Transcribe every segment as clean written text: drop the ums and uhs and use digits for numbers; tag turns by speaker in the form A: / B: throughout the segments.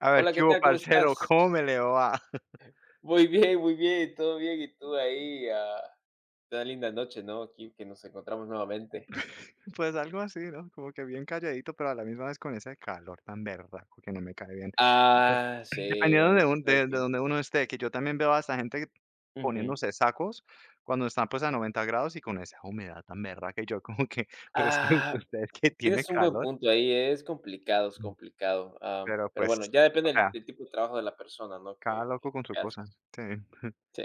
A: A ver,
B: Hola,
A: ¿qué
B: ¿qué
A: hubo,
B: tal? ¿Cómo
A: parcero?
B: estás?
A: ¿Cómo me le va?
B: Muy bien, todo bien. Y tú ahí, una linda noche, ¿no? Aquí que nos encontramos nuevamente.
A: Pues algo así, ¿no? Como que bien calladito, pero a la misma vez con ese calor tan berraco que no me cae bien. Pues,
B: Ah, sí,
A: dependiendo
B: bueno,
A: de,
B: tú
A: un-
B: sabes
A: de, de
B: que
A: donde uno esté, que yo también veo a esa gente
B: ujú.
A: poniéndose sacos cuando están pues a 90 grados y con esa humedad tan berraca y yo como que, pero es que
B: Ah,
A: ustedes que tiene
B: tienes un buen
A: calor,
B: punto ahí, ¿eh? Es complicado, es complicado.
A: pero
B: Pero
A: pues,
B: bueno, ya
A: o
B: depende del,
A: sea,
B: del tipo de trabajo de la persona, ¿no?
A: cada
B: Que
A: loco
B: tú
A: con su
B: que
A: cosa.
B: haces.
A: Sí.
B: Sí.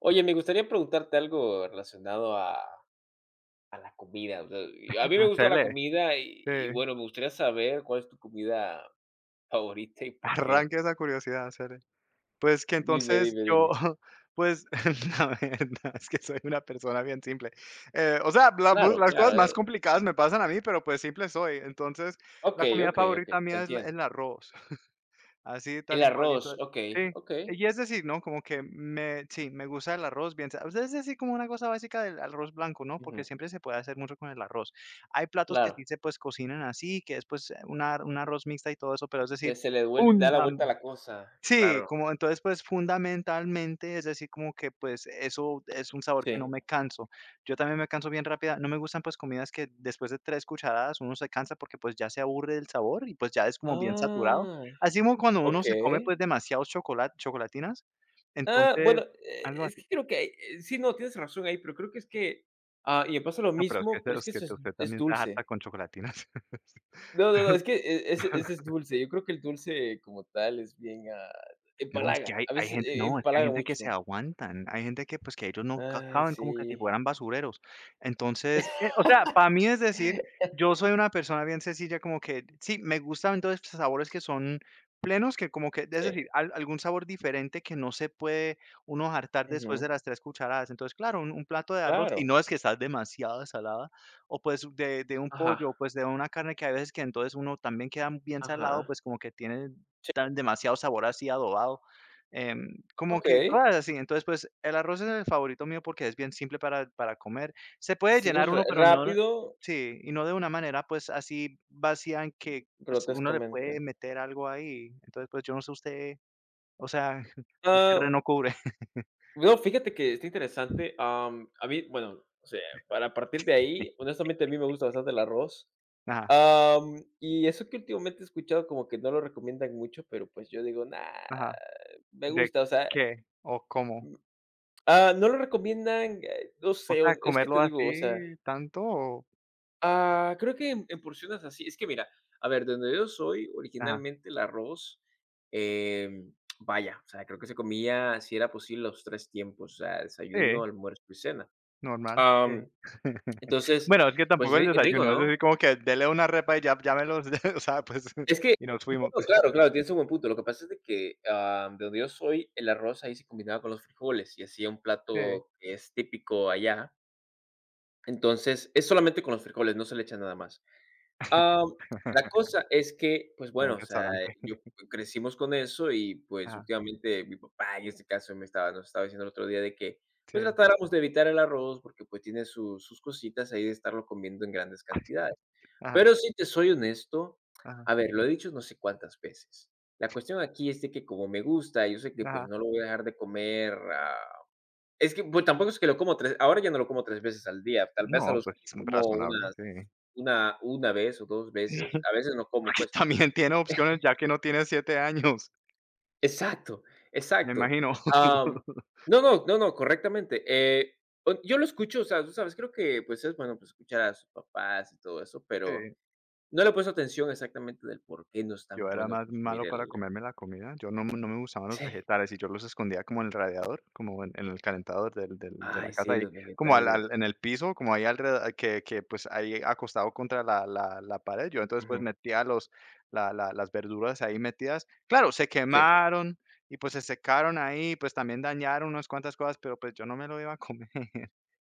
B: Oye, me gustaría preguntarte algo relacionado a la comida. O sea, y a mí me gusta la
A: Hacele,
B: comida y
A: sí.
B: bueno, me gustaría saber cuál es tu comida favorita y por qué.
A: Arranque esa curiosidad, hacele. Pues que
B: Dime,
A: entonces
B: dime,
A: yo,
B: dime.
A: pues, la verdad es que soy una persona bien simple. O sea, la pues,
B: Claro,
A: las cosas
B: claro,
A: más
B: eh.
A: complicadas me pasan a mí, pero, pues, simple soy. Entonces, la
B: Okey,
A: comida
B: okey, okey,
A: favorita
B: te
A: mía es la
B: entiendo.
A: el arroz, así
B: El
A: tal y cual y
B: arroz,
A: tal.
B: okey,
A: Sí,
B: okey.
A: y es decir, ¿no? Como que me sí, me gusta el arroz bien sea, o sea, es decir, como una cosa básica del arroz blanco, ¿no? Porque
B: Ujú,
A: siempre se puede hacer mucho con el arroz. Hay platos que
B: claro,
A: sí se, pues, cocinan así, que después pues, una un arroz mixta y todo eso, pero es decir,
B: que se le vuel da la vuelta a la cosa,
A: sí,
B: claro,
A: como entonces, pues, fundamentalmente, es decir, como que, pues, eso es un sabor que no
B: sí.
A: me canso. Yo también me canso bien rápida. No me gustan, pues, comidas que después de 3 cucharadas uno se cansa porque, pues, ya se aburre del sabor y, pues, ya es como bien saturado.
B: Ah,
A: Así como cuando uno se come,
B: okey.
A: pues, demasiados chocolate chocolatinas.
B: Ah, bueno,
A: Entonces, algo
B: es
A: así.
B: que creo que sí, no, tienes razón ahí, pero creo que es que y me pasa lo
A: No, pero es que
B: mismo,
A: usted
B: pero es que
A: usted
B: eso es
A: usted
B: es
A: también se harta
B: dulce.
A: con chocolatinas.
B: No, no, no, es que ese es dulce. Yo creo que el dulce como tal es bien,
A: No, es que
B: empalaga,
A: hay
B: a veces
A: gente
B: e
A: no, es que hay
B: empalaga
A: gente que se
B: mucho.
A: aguantan, hay gente que, pues, que ellos no ca
B: Ay,
A: caben
B: sí.
A: como que si fueran basureros. Entonces, o sea, para mí es decir, yo soy una persona bien sencilla, como que sí, me gustan entonces sabores que son plenos, que como que es
B: Sí.
A: decir, al algún sabor diferente que no se puede uno hartar después de
B: Ujú.
A: las 3 cucharadas. Entonces, claro, un plato de arroz, si
B: Claro.
A: no es que estás demasiado salada, o pues de un
B: Ajá,
A: pollo, o pues de una carne que hay veces que entonces uno también queda bien salado,
B: ajá.
A: pues como que tiene tan demasiado sabor así adobado. Em, Como que
B: Okey.
A: cosas así. Entonces, pues, el arroz es el favorito mío porque es bien simple para comer. Se puede
B: Sí, es
A: llenar
B: ra
A: uno, pero no
B: rápido,
A: sí, y no de una manera, pues, así vacía en que, pues, uno le puede
B: grotescamente.
A: meter algo ahí. Entonces, pues, yo no sé usted, o sea, el
B: Ah,
A: terreno cubre.
B: no, fíjate que está interesante, a mí, bueno, o sea, para partir de ahí, honestamente, a mí me gusta bastante el arroz.
A: Ajá,
B: Y eso que últimamente he escuchado como que no lo recomiendan mucho, pero, pues, yo digo: "Nah,
A: ajá.
B: me
A: ¿De
B: gusta", o sea,
A: qué o cómo?
B: no lo recomiendan, no
A: O
B: sé, o
A: sea,
B: es que te
A: ¿comerlo así
B: digo, o sea.
A: tanto o?
B: Ah, creo que en porciones así. Es que mira, a ver, de donde yo soy,
A: Ajá,
B: originalmente el arroz, em, vaya, o sea, creo que se comía, si era posible, los 3 tiempos, o sea, desayuno,
A: sí.
B: almuerzo y cena.
A: Normal, sí.
B: Am, entonces,
A: Bueno, es que
B: pues
A: tampoco el
B: ri rico,
A: desayuno, es
B: ¿no?
A: decir, como que dele una repa y ya me los o sea, pues,
B: Es que
A: y nos
B: no,
A: fuimos.
B: no, claro, claro, tienes un buen punto. Lo que pasa es de que, de donde yo soy, el arroz ahí se combinaba con los frijoles y hacía un
A: Sí.
B: plato que es típico allá. Entonces, es solamente con los frijoles, no se le echa nada más. Am, la cosa es que, pues
A: Como un
B: bueno, o sea,
A: restaurante.
B: yo crecimos con eso y, pues,
A: Ajá,
B: últimamente mi papá, en este caso, me estaba nos estaba diciendo el otro día de que, pues,
A: sí,
B: tratáramos de evitar el arroz porque, pues, tiene sus cositas ahí de estarlo comiendo en grandes cantidades.
A: ajá,
B: Pero si te soy honesto,
A: ajá,
B: a ver, lo he dicho no sé cuántas veces. La cuestión aquí es de que como me gusta, yo sé que, pues,
A: ajá.
B: no lo voy a dejar de comer, ah, es que, pues, tampoco es que lo como 3 ahora ya no lo como 3 veces al día, tal vez a
A: No,
B: lo
A: pues,
B: como
A: razonable,
B: unas
A: sí.
B: una vez o 2 veces, a veces no como,
A: Porque
B: pues.
A: también tiene opciones, ya que no tiene 7 años,
B: Exacto,
A: me
B: exacto.
A: imagino.
B: Am, no, no, no, no, correctamente, o yo lo escucho, o sea, tú sabes, creo que, pues, es bueno, pues, escuchar a sus papás y todo eso, pero
A: Sí.
B: no le he puesto atención exactamente del por qué no es
A: Yo
B: tan
A: era
B: bueno
A: más
B: consumir
A: malo para
B: el
A: comerme la comida, yo no me gustaban los
B: sí.
A: vegetales y yo los escondía como en el radiador, como en el calentador del de la
B: Ay,
A: casa
B: sí,
A: ahí,
B: los
A: como al
B: vegetales.
A: al en el piso, como ahí alrede que, pues, ahí acostado contra la pared, yo entonces, pues,
B: Ujú,
A: metía los la la las verduras ahí metidas. Claro, se
B: sí.
A: quemaron y, pues, se secaron ahí, pues, también dañaron unas cuantas cosas, pero, pues, yo no me lo iba a comer.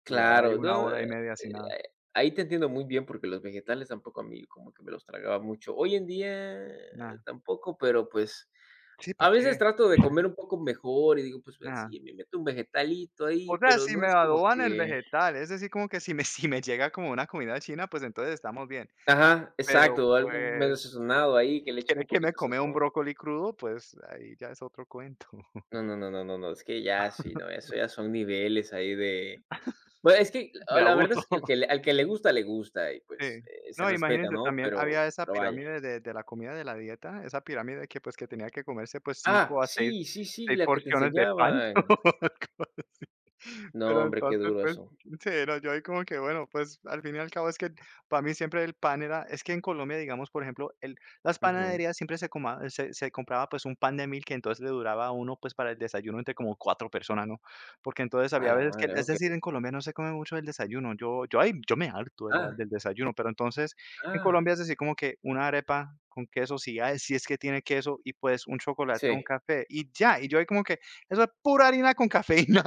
A: Duraba ahí
B: Claro,
A: una
B: no,
A: hora y media sin nada,
B: ahí te entiendo muy bien, porque los vegetales tampoco a mí como que me los tragaba mucho. Hoy en día
A: nada.
B: tampoco, pero, pues,
A: Sí, ¿para
B: a veces
A: qué?
B: trato de comer un poco mejor y digo, pues, ve,
A: Nada.
B: sí, me meto un vegetalito
A: O
B: ahí,
A: sea,
B: pero
A: si
B: no
A: me
B: es como
A: adoban el
B: que
A: vegetal, es decir, como que si me si me llega como una comida china, pues entonces estamos bien.
B: ajá,
A: Pero,
B: exacto, algo medio
A: pues,
B: sazonado ahí, que
A: si
B: le echen
A: quiere
B: un
A: que me
B: poquito de
A: coma un
B: sazón.
A: brócoli crudo, pues ahí ya es otro cuento
B: No, no, no, no, no, no, es que ya sí, no, eso ya son niveles ahí de bueno, es que
A: de
B: la verdad es
A: abuso.
B: que al que le gusta y, pues,
A: Sí.
B: se
A: No,
B: respeta,
A: imagínese,
B: ¿no?
A: también
B: Pero
A: había esa
B: pero vaya.
A: pirámide de la comida de la dieta, esa pirámide que, pues, que tenía que comerse, pues,
B: Ah,
A: 5 a 6
B: sí, sí, sí, la que te
A: porciones de pan.
B: enseñaban. No,
A: Pero
B: hombre, qué
A: entonces,
B: duro
A: pues,
B: eso.
A: sí, no, yo ahí como que, bueno, pues, al fin y al cabo es que para mí siempre el pan era es que en Colombia, digamos, por ejemplo, el las
B: Ujú.
A: panaderías siempre se coma se compraba, pues, un pan de mil que entonces le duraba a uno, pues, para el desayuno entre como 4 personas, ¿no? Porque entonces
B: A
A: había
B: la
A: veces que
B: madre,
A: es
B: okey.
A: decir, en Colombia no se come mucho el desayuno. Yo ahí yo me harto de la
B: Ah,
A: del desayuno, pero entonces en
B: ah,
A: Colombia es decir, como que una arepa con queso, si hay si es que tiene queso y, pues, un chocolate, un
B: sí.
A: café y ya. Y yo ahí como que eso es pura harina con cafeína.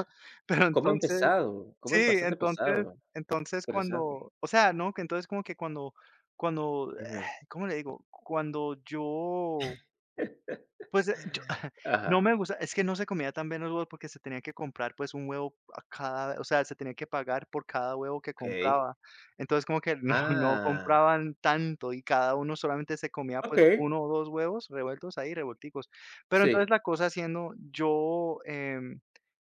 A: Pero
B: Comen
A: entonces
B: pesado,
A: sí,
B: comen bastante pesado.
A: entonces entonces
B: Interesante.
A: cuando o sea, ¿no? Que entonces como que cuando cuando,
B: Ujú.
A: eh, ¿cómo le digo? Cuando yo pues, yo no
B: Ajá,
A: me gusta, es que no se comía tan bien los huevos porque se tenía que comprar, pues, un huevo a cada o sea, se tenía que pagar por cada huevo que
B: okey.
A: compraba. Entonces, como que no no
B: Ah,
A: compraban tanto y cada uno solamente se comía, pues,
B: okey,
A: uno o 2 huevos revueltos ahí, revuelticos. Pero entonces
B: sí.
A: la cosa siendo, yo,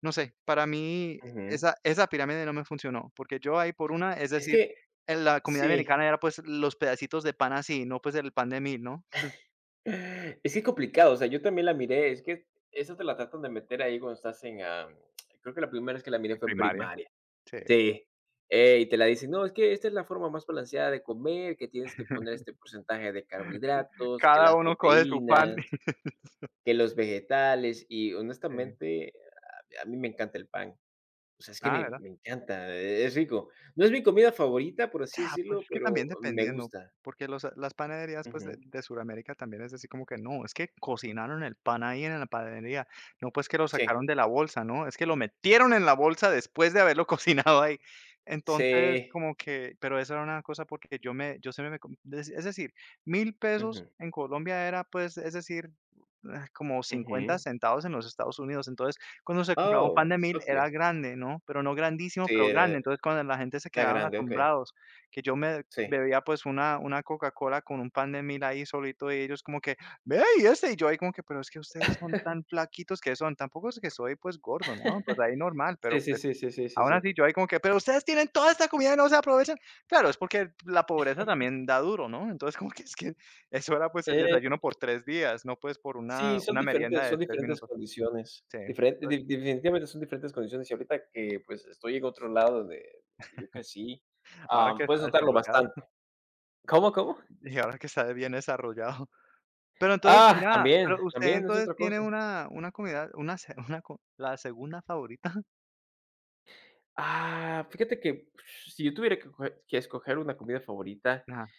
A: no sé, para mí
B: Ujú.
A: esa pirámide no me funcionó, porque yo ahí por una, es
B: Es
A: decir,
B: que
A: en la comida
B: sí,
A: americana era, pues, los pedacitos de pan así, no, pues, el pan de mil, ¿no?
B: es que es complicado, o sea, yo también la miré, es que esa te la tratan de meter ahí cuando estás en, creo que la primera vez que la miré fue en
A: Primaria,
B: primaria.
A: sí.
B: Sí, y te la dicen: "No, es que esta es la forma más balanceada de comer, que tienes que poner este porcentaje de carbohidratos, que
A: Cada
B: las
A: uno coge su pan.
B: proteínas, que los vegetales", y
A: Sí.
B: honestamente, a mí me encanta el pan. O sea, es que
A: Ah,
B: me
A: ¿verdad?
B: me encanta, es rico. No es mi comida favorita, por así
A: Ah, pues
B: decirlo,
A: es que también
B: pero me
A: dependiendo,
B: gusta.
A: porque los las panaderías, pues, de
B: Ujú.
A: de Suramérica también es así como que no, es que cocinaron el pan ahí en la panadería, no, pues, que lo
B: Sí.
A: sacaron de la bolsa, ¿no? Es que lo metieron en la bolsa después de haberlo cocinado ahí. Entonces,
B: Sí.
A: como que pero eso era una cosa porque yo me yo siempre me com es decir, 1000 pesos
B: Ujú,
A: en Colombia era, pues, es decir, ah, como cincuenta
B: ujú.
A: centavos en los Estados Unidos. Entonces, cuando se compraba un pan
B: Oh,
A: de 1000 era
B: okey.
A: grande, ¿no? Pero no grandísimo,
B: Sí,
A: pero grande.
B: era
A: Entonces, cuando la gente se
B: era
A: quedaban
B: grande, okey.
A: asombrados que yo me
B: Sí.
A: bebía, pues, una Coca-Cola con un pan de mil ahí solito, y ellos como que: "Ve, y este", y yo ahí como que: "Pero es que ustedes son tan flaquitos que son". Tampoco es que soy, pues, gordo, ¿no? Pues, ahí normal,
B: Sí,
A: pero,
B: sí,
A: pues,
B: sí, sí, sí, sí,
A: aún
B: sí.
A: así yo ahí como que: "Pero ustedes tienen toda esta comida y no se aprovechan". Claro, es porque la pobreza también da duro, ¿no? Entonces, como que es que eso era, pues, el
B: Eh
A: desayuno por 3 días, no, pues, por una
B: Sí, son
A: una merienda
B: diferentes
A: de
B: son
A: 3
B: diferentes
A: minutos.
B: condiciones.
A: Sí,
B: Diferen de
A: entonces,
B: Definitivamente son diferentes condiciones, y ahorita que, pues, estoy en otro lado de yo crecí,
A: ahora que
B: puedes
A: está
B: notarlo
A: desarrollado
B: bastante. ¿Cómo, cómo?
A: y ahora que está bien desarrollado. Pero entonces,
B: Ah,
A: mira,
B: también,
A: pero usted
B: también es
A: entonces
B: otra
A: tiene
B: cosa.
A: una comida, una se una co la segunda favorita.
B: Ah, fíjate que si yo tuviera que coger que escoger una comida favorita,
A: Nada,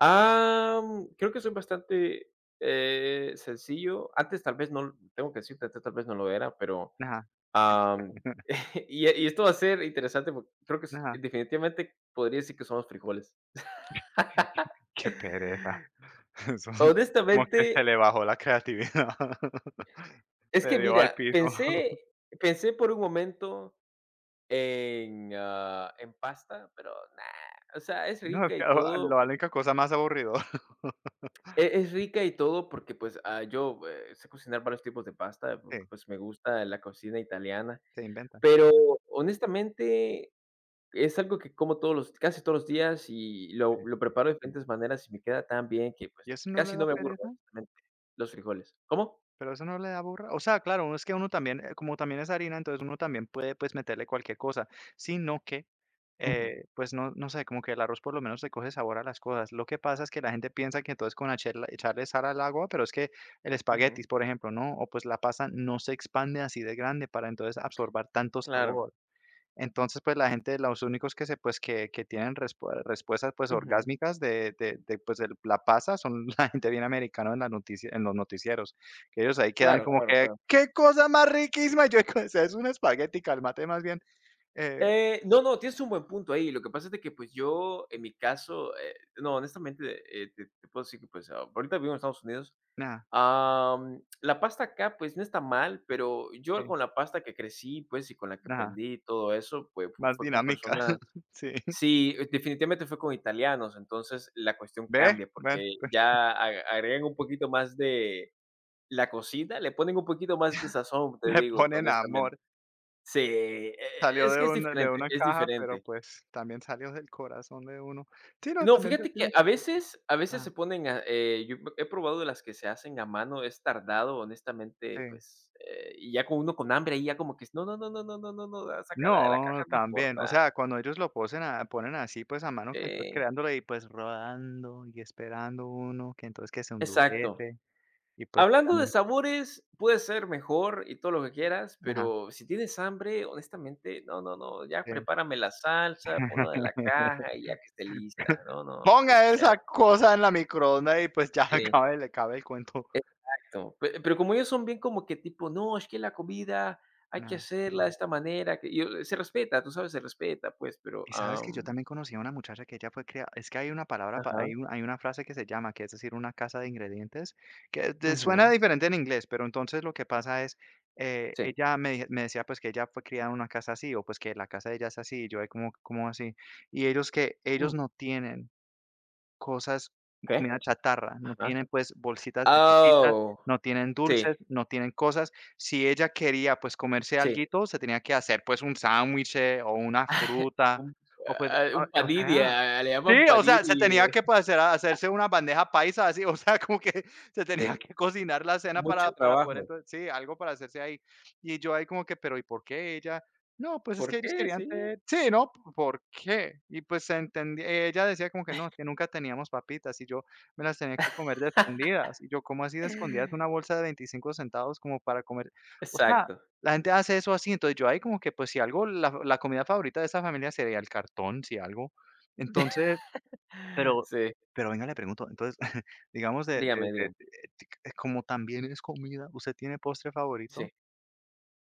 B: creo que soy bastante, sencillo. Antes tal vez no tengo que decirte, antes tal vez no lo era, pero
A: nada,
B: Am, y esto va a ser interesante, porque creo que es
A: nada,
B: definitivamente podría decir que son los frijoles.
A: qué pereza. Eso como que se
B: Honestamente,
A: le bajó la creatividad.
B: es
A: Se
B: que
A: dio al
B: mira,
A: piso.
B: pensé pensé por un momento en pasta, pero nah, o sea, es
A: No, es
B: rica
A: que
B: y
A: la
B: todo.
A: única cosa más aburridora.
B: Es rica y todo porque pues yo sé cocinar varios tipos de pasta, porque,
A: Sí,
B: pues me gusta la cocina italiana,
A: se inventan,
B: pero honestamente es algo que como todos los casi todos los días y lo
A: sí.
B: lo preparo de diferentes maneras y me queda tan bien que, pues,
A: ¿Y eso no le
B: casi no
A: da
B: me aburro,
A: pereza?
B: honestamente, los frijoles. ¿Cómo?
A: Pero eso no le da burra. O sea, claro, uno es que uno también, como también es harina, entonces uno también puede pues meterle cualquier cosa, sino que,
B: Ujú,
A: pues no, no sé, como que el arroz por lo menos le coge sabor a las cosas. Lo que pasa es que la gente piensa que entonces con echarla- echarle sal al agua, pero es que el
B: ujú,
A: espaguetis, por ejemplo, ¿no? O pues la pasta no se expande así de grande para entonces absorber tanto
B: claro,
A: sabor. Entonces, pues, la gente, los únicos que se pues, que tienen respue respuestas, pues,
B: ujú,
A: orgásmicas de, pues, el la pasa son la gente bien americana en las noticia en los noticieros, que ellos ahí quedan
B: claro,
A: como
B: claro,
A: que:
B: claro.
A: "¡Qué cosa más riquísima!". Y yo "O sea, es un espagueti, cálmate más bien". Eh,
B: No, no, tienes un buen punto ahí. Lo que pasa es de que, pues, yo, en mi caso, no, honestamente, te puedo decir que, pues, ahorita vivo en Estados Unidos.
A: nada,
B: La pasta acá, pues, no está mal, pero yo
A: eh,
B: con la pasta que crecí, pues, y con la que
A: nada,
B: aprendí y todo eso, pues, fu
A: más
B: fue con
A: dinámica.
B: personas.
A: Sí.
B: Sí, definitivamente fue con italianos, entonces la cuestión
A: Ve,
B: cambia porque
A: bueno, pues,
B: ya ag agregan un poquito más de la cocina, le ponen un poquito más de sazón, te
A: le
B: digo,
A: ponen amor.
B: honestamente. Sí, e e
A: Salió
B: es que es
A: de
B: diferente,
A: una
B: es
A: caja, pero,
B: diferente.
A: pues, también salió del corazón de uno. Sí, no,
B: No,
A: también te
B: fíjate que
A: tiene
B: a
A: que ser
B: veces a veces
A: ajá,
B: se ponen a yo he probado las que se hacen a mano, es tardado, honestamente,
A: sí.
B: pues, y ya con uno con hambre ahí ya como que: "No, no, no, no, no, no, no, no, sácala de la
A: No,
B: caja, no
A: también, o
B: importa".
A: sea, cuando ellos lo posen a ponen así, pues, a mano, que entonces
B: Sí,
A: creándolo y, pues, rodando y esperando uno, que entonces que se
B: exacto.
A: endurece y, pues, que
B: Hablando de
A: también
B: sabores, puede ser mejor y todo lo que quieras,
A: ajá,
B: pero si tienes hambre, honestamente, no, no, no, ya
A: sí.
B: prepárame la salsa, ponlo en la caja y ya que esté lista, no, no,
A: Ponga
B: que sea
A: esa cosa en la microonda y, pues, ya
B: sí,
A: acabe le acabe el cuento.
B: exacto. Pe pero como ellos son bien como que tipo: "No, es que la comida hay que
A: No.
B: hacerla de esta manera", que yo se respeta, tú sabes, se respeta, pues, pero,
A: Y sabes que yo
B: am
A: también conocí a una muchacha que ella fue criada, es que hay una palabra,
B: ajá,
A: hay, hay una frase que se llama, que es decir, una casa de ingredientes, que suena
B: ujú,
A: diferente en inglés, pero entonces lo que pasa es,
B: sí.
A: ella me, me decía pues que ella fue criada en una casa así, o pues que la casa de ella es así, y yo de como así, y ellos que ellos
B: Mm,
A: no tienen cosas, comida
B: ¿qué?
A: chatarra, no
B: Ajá.
A: tienen, pues, bolsitas de papitas,
B: Oh,
A: no tienen
B: sí,
A: dulces, no tienen cosas. Si ella quería, pues, comerse
B: sí.
A: alguito, se tenía que hacer, pues, un sándwich, o una fruta,
B: Un
A: o pues, o
B: un
A: o
B: panini,
A: sea.
B: le
A: Sí,
B: llaman
A: o sea,
B: panini,
A: se tenía que, pues, hacerse una bandeja paisa así, o sea, como que se tenía
B: este,
A: que cocinar la cena para
B: mucho
A: para poder
B: trabajo.
A: entonces sí, algo para hacerse ahí. Y yo ahí como que, pero ¿y por qué ella? No, pues es que
B: ¿Por
A: ellos
B: qué?
A: querían
B: Sí.
A: tener sí, ¿no? ¿Por qué? Y pues se entendía, ella decía como que no, que nunca teníamos papitas y yo me las tenía que comer de escondidas. Y yo, ¿cómo así de escondidas? Una bolsa de 25 centavos como para comer. O sea,
B: Exacto.
A: la gente hace eso así. Entonces yo ahí como que, pues si algo, la comida favorita de esa familia sería el cartón, si algo. Entonces, pero
B: Sí,
A: venga, le pregunto, entonces, digamos
B: dígame, dígame.
A: como también es comida, ¿usted tiene postre favorito?
B: Sí.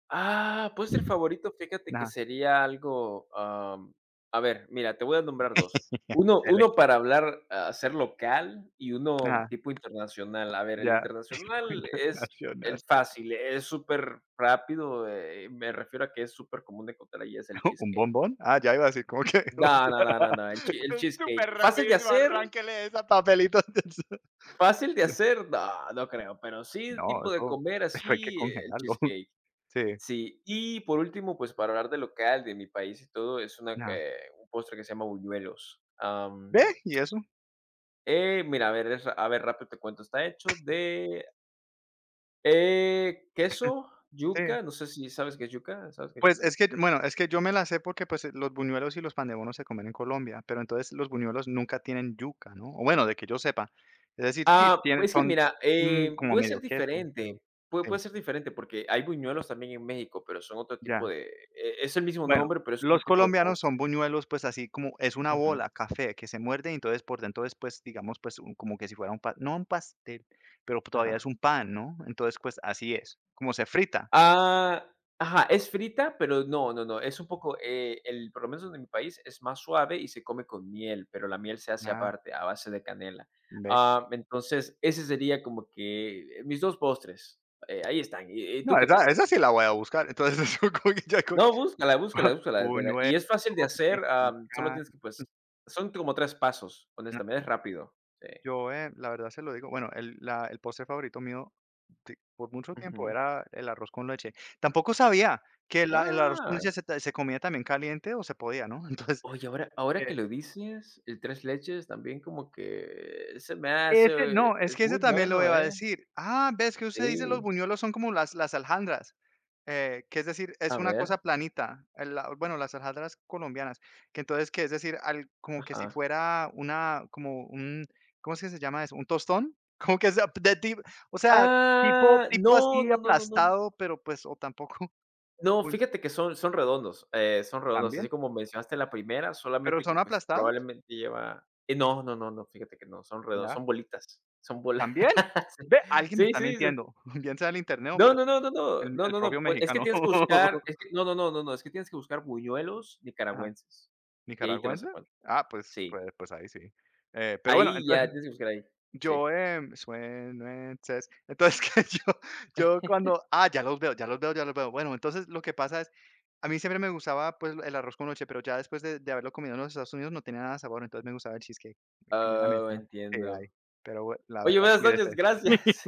B: Ah, postre favorito, fíjate que
A: Nada,
B: sería algo, a ver, mira, te voy a nombrar dos. Uno
A: Cele
B: uno para hablar, ser local y uno
A: nada,
B: tipo internacional. A ver, el
A: ya,
B: internacional es
A: internacional.
B: el fácil, es superrápido, me refiero a que es súper supercomún encontrar allí, es el
A: ¿Un
B: cheesecake.
A: bombón? Ah, ya iba a decir, ¿como que?
B: No, no, no, no, no, el
A: Es
B: cheesecake.
A: súper rapidísimo, arránquele esa papelito.
B: Fácil de hacer, no, no creo, pero sí, el
A: No,
B: tipo de
A: eso
B: comer
A: eso hay que
B: así, el
A: congelarlo.
B: cheesecake.
A: Sí,
B: Sí, y por último, pues, para hablar de local, de mi país y todo, es
A: nada.
B: un postre que se llama buñuelos.
A: ¿Ve? ¿Y eso?
B: Mira, a ver, rápido te cuento, está hecho de, queso,
A: Sí.
B: yuca, no sé si sabes qué es yuca, ¿sabes qué es
A: Pues,
B: yuca?
A: es que, bueno, es que yo me la sé porque, pues, los buñuelos y los pandebonos se comen en Colombia, pero entonces los buñuelos nunca tienen yuca, ¿no? O bueno, de que yo sepa. Es decir, sí,
B: Ah,
A: tienen,
B: es que
A: son,
B: mira,
A: mm, como
B: puede ser
A: medio queso, pero
B: diferente, puede
A: sí,
B: puede ser diferente, porque hay buñuelos también en México, pero son otro tipo
A: ya.
B: de. Es el mismo
A: Bueno,
B: nombre, pero es otro
A: los
B: tipo de
A: colombianos
B: postre.
A: son buñuelos, pues, así como es una
B: Ujú,
A: bola, café, que se muerde, y entonces por dentro es, pues, digamos, pues, un como que si fuera un pa, no un pastel, pero todavía es
B: ajá.
A: un pan, ¿no? Entonces, pues, así es, como se frita.
B: Ah, ajá, es frita, pero no, no, no, es un poco, el por lo menos en mi país es más suave y se come con miel, pero la miel se hace
A: Ah,
B: aparte, a base de canela.
A: ve.
B: Ah, entonces, ese sería como que mis 2 postres, ahí están, ¿y
A: No,
B: tú qué
A: esa
B: tal?
A: esa sí la voy a buscar. Entonces, yo creo que ya.
B: No, búscala, búscala, búscala, te la
A: Buñuelos,
B: y es fácil de hacer, solo
A: mexicano.
B: tienes que, pues, son como 3 pasos, honestamente, es rápido, sí.
A: Yo, la verdad se lo digo, bueno, el postre favorito mío de por mucho tiempo
B: Ujú.
A: era el arroz con leche. Tampoco sabía que la el arroz con
B: Ah,
A: leche se comía también caliente o se podía, ¿no? Entonces,
B: oye, ahora que lo dices, el tres leches también como que se me
A: ese
B: hace
A: no, es
B: es
A: que ese
B: muy
A: también lo
B: bueno,
A: iba a
B: ¿eh?
A: decir. Ah, ves que usted dice los
B: Sí,
A: buñuelos son como las alhandras, que es decir, es
B: a
A: una cosa
B: ver,
A: planita, el la bueno, las alhandras colombianas, que entonces, que es decir, al como que si
B: ajá.
A: fuera una como un, ¿cómo es que se llama eso? ¿Un tostón? Como que sea de ti, o sea, tipo
B: Ah,
A: tipo
B: no,
A: así
B: no, no, no, no.
A: aplastado, pero pues, o tampoco,
B: No,
A: uy,
B: fíjate que son redondos, son redondos, así
A: ¿también?
B: como mencionaste la primera,
A: ¿Pero
B: solamente
A: son
B: que, pues,
A: aplastados?
B: probablemente lleva no, no, no, no, fíjate que no, son redondos,
A: Ya,
B: son bolitas, son bolas.
A: ¿también? Ve, alguien me
B: Sí, sí,
A: está
B: sí. Sí.
A: mintiendo, bien sea el internet o,
B: No,
A: pues,
B: no, no, no, no, no,
A: el
B: no,
A: propio
B: no, pues, es que
A: mexicano.
B: tienes que buscar, es que no, no, no, no, no, es que tienes que buscar buñuelos nicaragüenses, y ahí te
A: ¿Nicaragua
B: vas a dar
A: entra?
B: cuenta.
A: Ah, pues
B: Sí,
A: pues pues ahí sí. Pero bueno, entonces
B: ahí ya, tienes que buscar ahí, sí.
A: yo, suenuenses, entonces que yo yo cuando ah, ya los veo, ya los veo, ya los veo. Bueno, entonces lo que pasa es, a mí siempre me gustaba, pues, el arroz con leche, pero ya después de haberlo comido en los Estados Unidos no tenía nada de sabor, entonces me gustaba el cheesecake. Me cambié la mente,
B: Oh,
A: ¿no? Sí, ahí,
B: entiendo.
A: pero bue, la
B: Oye,
A: verdad,
B: buenas noches,
A: cuídese.
B: gracias.